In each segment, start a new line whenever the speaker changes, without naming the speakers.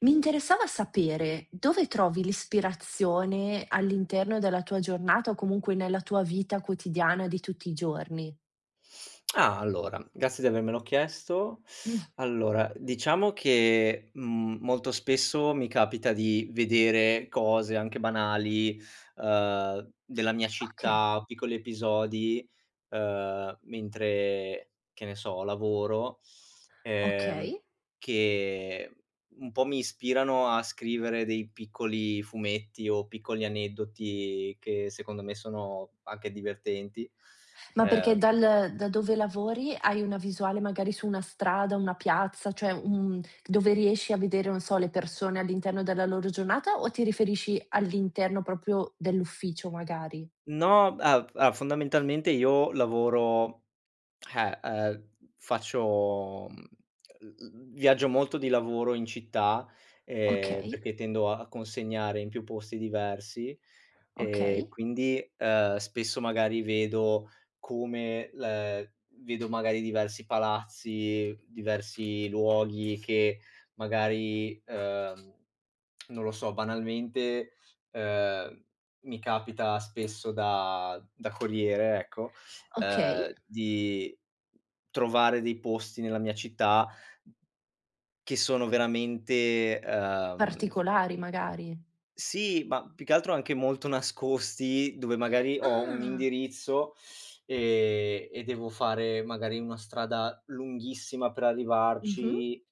Mi interessava sapere dove trovi l'ispirazione all'interno della tua giornata o comunque nella tua vita quotidiana di tutti i giorni.
Ah, allora, grazie di avermelo chiesto.
Mh.
Allora, diciamo che, molto spesso mi capita di vedere cose anche banali, della mia
Okay.
città, piccoli episodi, mentre, che ne so, lavoro, ehm,
Okay.
che un po' mi ispirano a scrivere dei piccoli fumetti o piccoli aneddoti che secondo me sono anche divertenti.
Ma perché
Ehm
dal da dove lavori hai una visuale magari su una strada, una piazza, cioè un dove riesci a vedere, non so, le persone all'interno della loro giornata o ti riferisci all'interno proprio dell'ufficio magari?
No, a a fondamentalmente io lavoro, eh, ehm, faccio mhmm, l viaggio molto di lavoro in città,
Okay,
perché tendo a consegnare in più posti diversi.
okay,
Quindi, spesso magari vedo, come l vedo magari diversi palazzi, diversi luoghi che magari, non lo so, banalmente, ehm, mi capita spesso da corriere, ecco,
okay.
di trovare dei posti nella mia città che sono veramente,
Particolari magari.
sì, ma più che altro anche molto nascosti, dove magari ho un
Ah.
indirizzo, e devo fare magari una strada lunghissima per
Mh-mh.
arrivarci,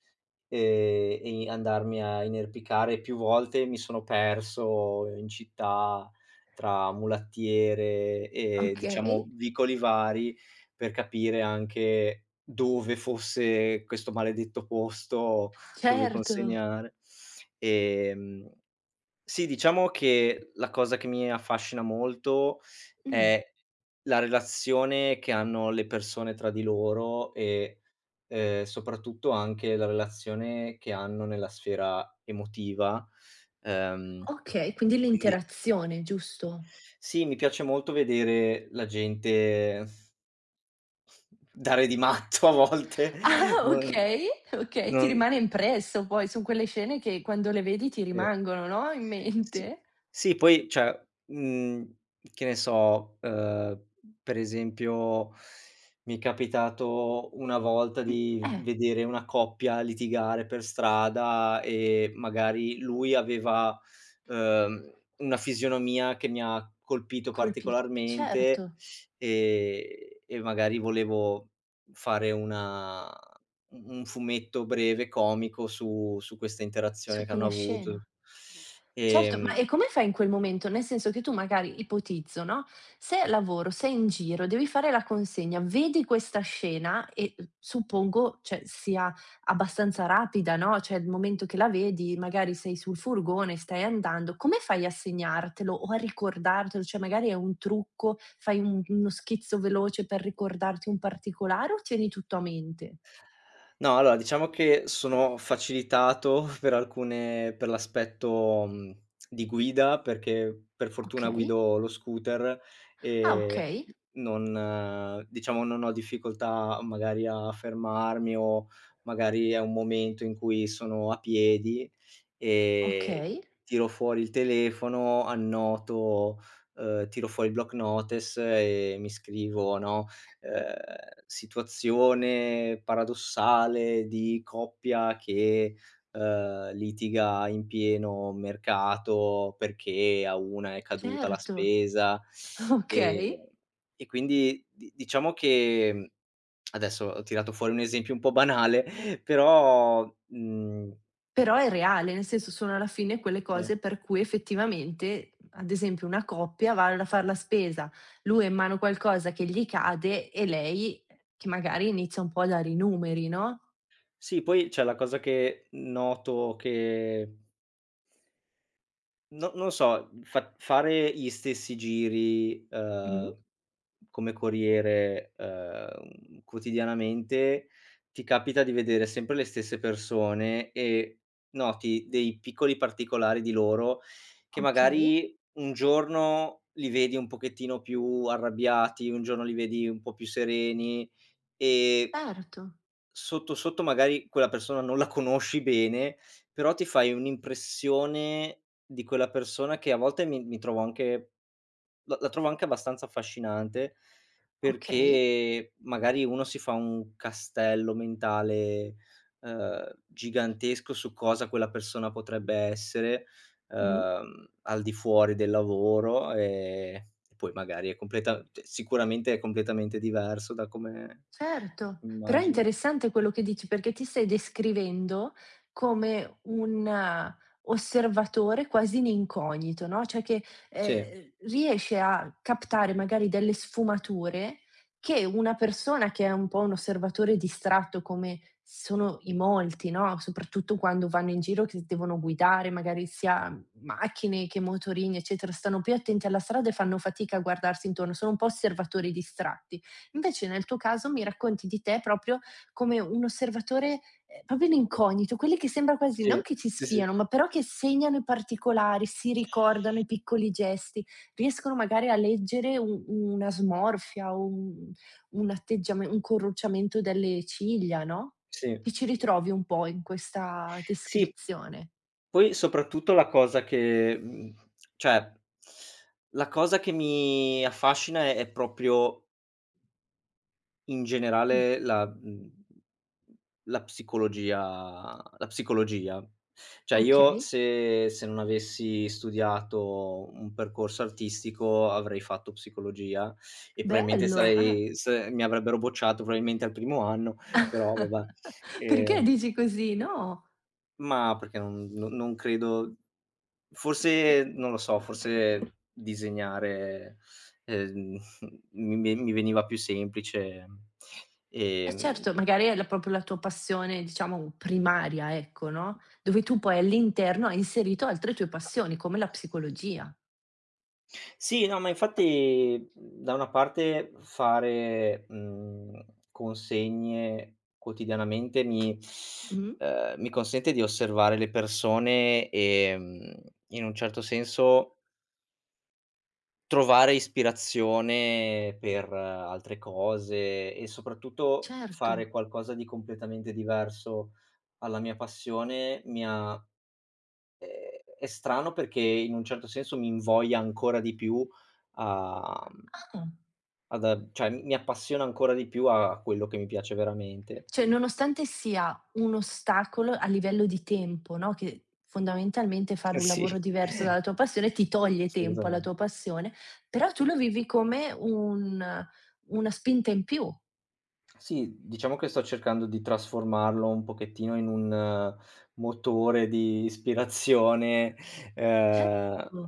ehm, e andarmi a inerpicare. Più volte mi sono perso in città tra mulattiere e
Okay,
diciamo vicoli vari, per capire anche dove fosse questo maledetto posto dove
certo.
consegnare. Ehm sì, diciamo che la cosa che mi affascina molto
Mh.
è la relazione che hanno le persone tra di loro e, soprattutto anche la relazione che hanno nella sfera emotiva. Ehm,
Okay, quindi
quindi
l'interazione, giusto?
sì, mi piace molto vedere la gente dare di matto a volte.
Ah,
Non
okay, okay, ti
non,
rimane impresso poi, son quelle scene che quando le vedi ti
sì.
rimangono, no, in
Sì,
mente.
sì, poi cioè, mhmm, che ne so, per esempio mi è capitato una volta
Mh,
di
eh,
vedere una coppia litigare per strada e magari lui aveva, uhm, una fisionomia che mi ha colpito
colpito
particolarmente,
certo,
ehm, e magari volevo fare una u un fumetto breve comico su questa interazione
su
che hanno
quella
avuto.
scena. Certo, ma
Ehm
e come fai in quel momento? Nel senso che tu magari ipotizzo, no, sei al lavoro, sei in giro, devi fare la consegna, vedi questa scena e, suppongo, cioè, sia abbastanza rapida, no, cioè il momento che la vedi, magari sei sul furgone, stai andando, come fai a segnartelo o a ricordartelo? Cioè magari è un trucco, fai un uno schizzo veloce per ricordarti un particolare o tieni tutto a mente?
No, allora diciamo che sono facilitato per l'aspetto, di guida, perché per fortuna
Okay.
guido lo scooter
Ah,
e
okay,
non diciamo non ho difficoltà magari a fermarmi, o magari è un momento in cui sono a piedi e
okay,
tiro fuori il telefono, annoto, tiro fuori il block notice e mi scrivo, no, situazione paradossale di coppia che, litiga in pieno mercato perché a una è caduta la
certo,
spesa,
okay.
ehm, e quindi di diciamo che, adesso ho tirato fuori un esempio un po' banale, però,
Però è reale, nel senso sono alla fine quelle
eh
cose per cui effettivamente, ad esempio una coppia va a far la spesa, lui ha in mano qualcosa che gli cade e lei che magari inizia un po' a dare i numeri, no.
sì, poi c'è la cosa che noto, che no, non so, fa fare gli stessi giri,
Mh,
come corriere, quotidianamente, ti capita di vedere sempre le stesse persone e noti dei piccoli particolari di loro, che
okay,
magari un giorno li vedi un pochettino più arrabbiati, un giorno li vedi un po' più sereni, e
certo,
sotto, sotto magari quella persona non la conosci bene, però ti fai un'impressione di quella persona che a volte mi trovo anche, la trovo anche abbastanza affascinante,
okay,
perché magari uno si fa un castello mentale, gigantesco su cosa quella persona potrebbe essere,
mh.
al di fuori del lavoro, e poi magari è completa cioè sicuramente è completamente diverso da come
Certo, però è
immagino.
interessante quello che dici perché ti stai descrivendo come un osservatore quasi in incognito, no, cioè che,
Sì.
riesce a captare magari delle sfumature che una persona che è un po' un osservatore distratto come sono in molti, no, soprattutto quando vanno in giro che devono guidare, magari sia macchine che motorini, eccetera, stanno più attenti alla strada e fanno fatica a guardarsi intorno, sono un po' osservatori distratti. Invece nel tuo caso mi racconti di te proprio come un osservatore, proprio in incognito, quelli che sembra quasi non
Sì,
che ci
sì, sì,
spiano, ma però che segnano i particolari, si ricordano i piccoli gesti, riescono magari a leggere u una smorfia, o un atteggiame un corrucciamento delle ciglia, no,
sì.
ti ci ritrovi un po' in questa
Sì,
descrizione?
poi soprattutto la cosa che mhmm, cioè la cosa che mi affascina è proprio, in
Mh,
generale, la psicologia, la psicologia. Cioè io,
okay,
se non avessi studiato un percorso artistico avrei fatto psicologia, e probabilmente
bello, eh.
sarei se mi avrebbero bocciato probabilmente al primo anno, però vabbè.
Perché
Ehm,
dici così?
mhmm,
No.
ma perché non, non, credo, forse non lo so, forse disegnare Ehm, mi veniva più semplice.
Eh
ehm
certo, magari è la proprio la tua passione, diciamo, primaria, ecco, no, dove tu poi all'interno hai inserito altre tue passioni, come la psicologia.
sì, no, ma infatti, da una parte fare, consegne quotidianamente mi
Mh,
ehm, mi consente di osservare le persone, e, in un certo senso, trovare ispirazione per, altre cose, e soprattutto
certo.
fare qualcosa di completamente diverso alla mia passione. Mi ha Ehm, è strano, perché in un certo senso mi invoglia ancora di più, a mhmm,
Ah,
ad a cioè mi appassiona ancora di più a quello che mi piace veramente.
cioè nonostante sia un ostacolo a livello di tempo, no, che fondamentalmente fare un lavoro
Sì,
diverso dalla tua passione ti toglie tempo alla
assolutamen
tua passione, però tu lo vivi come un una spinta in più.
sì, diciamo che sto cercando di trasformarlo un pochettino in un, motore di ispirazione, ehm,
Certo.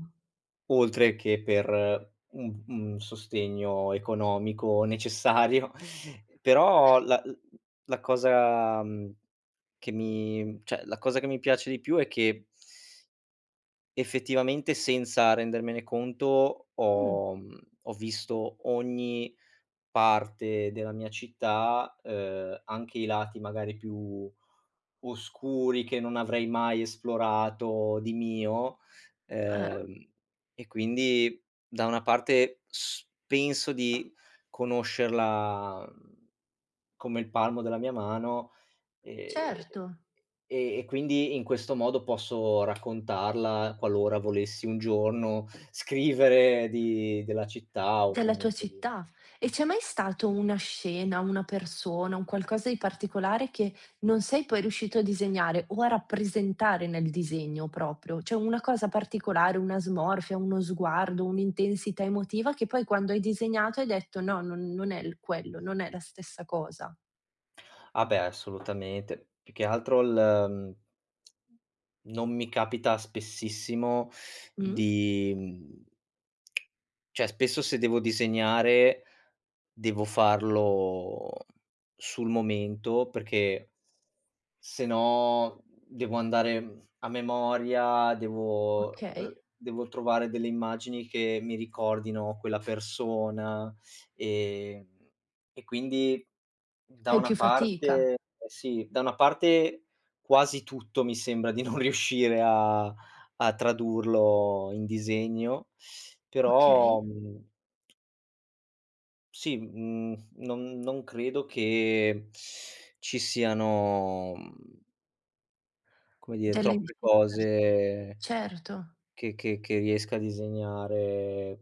oltre che per un sostegno economico necessario. Però la cosa, mhmm la cosa che mi piace di più è che, effettivamente, senza rendermene conto,
Mh,
ho visto ogni parte della mia città, anche i lati magari più oscuri che non avrei mai esplorato di mio,
eh,
ehm, e quindi da una parte s penso di conoscerla, come il palmo della mia mano, ehm e
certo.
e quindi in questo modo posso raccontarla qualora volessi un giorno scrivere di della città, o
Della tua
comunque di
città. E
mh.
c'è mai stato una scena, una persona, un qualcosa di particolare che non sei poi riuscito a disegnare o a rappresentare nel disegno proprio? Cioè una cosa particolare, una smorfia, uno sguardo, un'intensità emotiva che poi quando hai disegnato hai detto: "No, non è il quello, non è la stessa cosa."
Ah beh, assolutamente. Più che altro, non mi capita spessissimo
Mh,
di mhmm, cioè, spesso, se devo disegnare, devo farlo sul momento, perché se no devo andare, a memoria, devo
okay.
r devo trovare delle immagini che mi ricordino quella persona, ehm e quindi da
Fai
una
più fatica.
parte, eh sì, da una parte quasi tutto mi sembra di non riuscire a tradurlo in disegno,
Okay.
però, sì, non credo che ci siano, come dire,
Delle
troppe cose
certo.
che riesca a disegnare,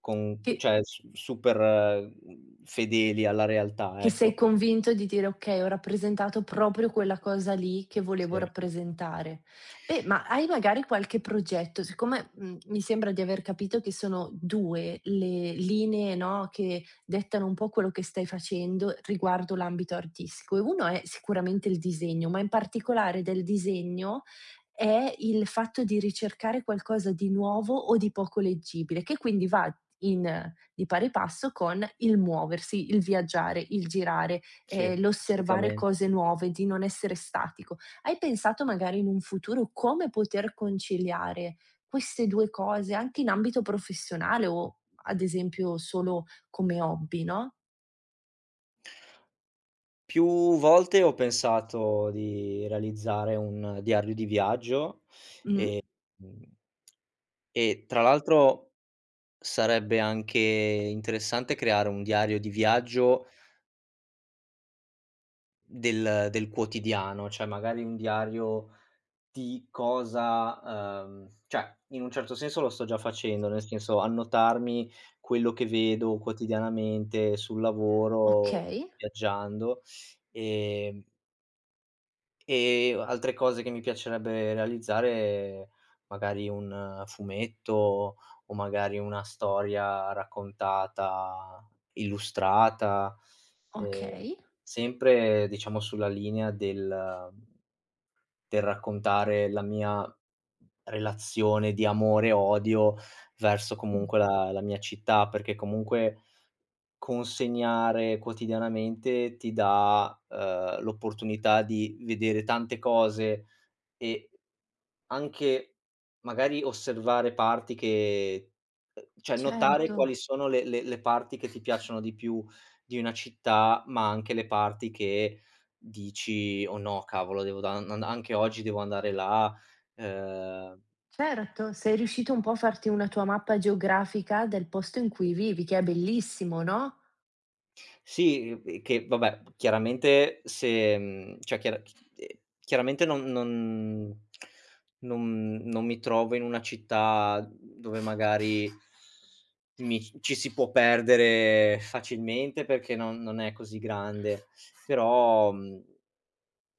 con
Che
cioè su super, fedeli alla realtà,
Che sei
ecco.
convinto di dire: "Okay, ho rappresentato proprio quella cosa lì che volevo
Sì,
rappresentare". Beh, ma hai magari qualche progetto siccome, mi sembra di aver capito che sono 2 le linee, no, che dettano un po' quello che stai facendo riguardo l'ambito artistico e uno è sicuramente il disegno, ma in particolare del disegno è il fatto di ricercare qualcosa di nuovo o di poco leggibile, che quindi va in di pari passo con il muoversi, il viaggiare, il girare,
sì,
l'osservare
assolutamen
cose nuove, di non essere statico. Hai pensato magari in un futuro come poter conciliare queste 2 cose anche in ambito professionale o ad esempio solo come hobby, no?
più volte ho pensato di realizzare un diario di viaggio,
Mh,
e mhmm, e tra l'altro sarebbe anche interessante creare un diario di viaggio del quotidiano, cioè magari un diario di cosa cioè, in un certo senso, lo sto già facendo, nel senso, annotarmi quello che vedo quotidianamente sul lavoro,
okay,
viaggiando. ehm E altre cose che mi piacerebbe realizzare, magari un fumetto, o magari una storia raccontata, illustrata, ehm,
okay.
sempre diciamo sulla linea del raccontare la mia relazione di amore e odio verso,
Mh,
comunque, la mia città, perché comunque consegnare quotidianamente ti dà, l'opportunità di vedere tante cose, e anche magari osservare parti che, cioè notare
certo.
quali sono le parti che ti piacciono di più di una città, ma anche le parti che dici: "Oh no, cavolo, devo da an anche oggi devo andare là". Ehm
Certo, sei riuscito un po' a farti una tua mappa geografica del posto in cui vivi, che è bellissimo, no,
Sì, che vabbè, chiaramente, se mhmm, cioè chiara ehm, chiaramente non mi trovo in una città dove magari mi ci si può perdere facilmente, perché non è così grande, però, mhmm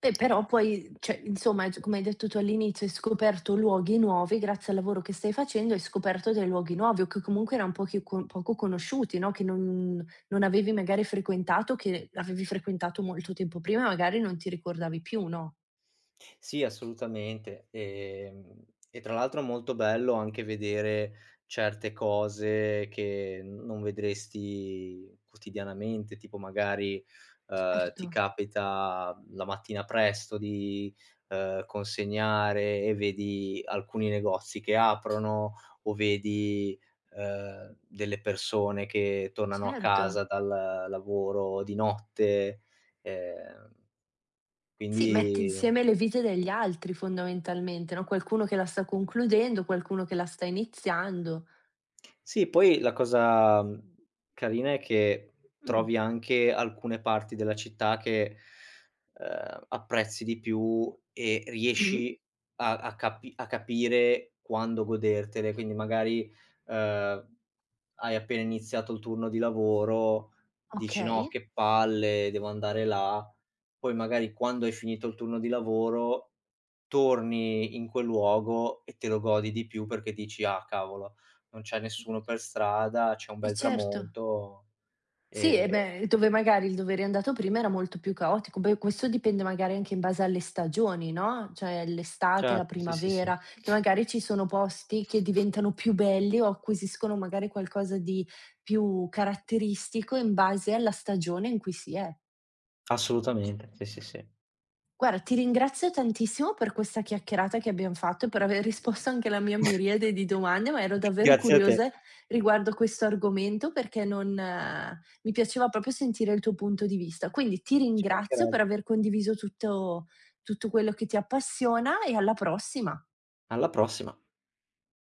e però poi cioè, insomma, c come hai detto tu all'inizio, hai scoperto luoghi nuovi grazie al lavoro che stai facendo, hai scoperto dei luoghi nuovi o che comunque eran pochi co poco conosciuti, no, che non avevi magari frequentato, che avevi frequentato molto tempo prima e magari non ti ricordavi più, no?
Sì, assolutamente. E tra l'altro è molto bello anche vedere certe cose che non vedresti quotidianamente, tipo magari,
Certo,
ti capita la mattina presto di, consegnare, e vedi alcuni negozi che aprono, o vedi, delle persone che tornano a
certo.
casa dal lavoro di notte. Ehm,
Sì, metti
quindi
insieme le vite degli altri fondamentalmente, no, qualcuno che la sta concludendo, qualcuno che la sta iniziando.
sì, poi la cosa, carina è che
Mh.
trovi anche alcune parti della città che, apprezzi di più e
Mh,
riesci a capire quando godertele. Quindi magari, ehm, hai appena iniziato il turno di lavoro, dici: "No,
okay.
che palle, devo andare là." Poi magari, quando hai finito il turno di lavoro, torni in quel luogo e te lo godi di più, perché dici: "Ah cavolo, non c'è nessuno per strada, c'è un
Eh
bel
certo.
tramonto".
Sì, e
E
beh, dove magari il dovere andato prima era molto più caotico. Beh, questo dipende magari anche in base alle stagioni, no, cioè l'estate, la
certo, sì, sì, sì,
primavera, che magari ci sono posti che diventano più belli o acquisiscono magari qualcosa di più caratteristico in base alla stagione in cui si è.
assolutamente, sì, sì, sì.
Guarda, ti ringrazio tantissimo per questa chiacchierata che abbiam fatto e per aver risposto anche alla mia miriade di domande, ma ero davvero
Grazie a te,
curiosa riguardo questo argomento perché non mi piaceva proprio sentire il tuo punto di vista. Quindi ti
ci
ringrazio per
mancherebbe.
aver condiviso tutto quello che ti appassiona e alla prossima.
Alla prossima.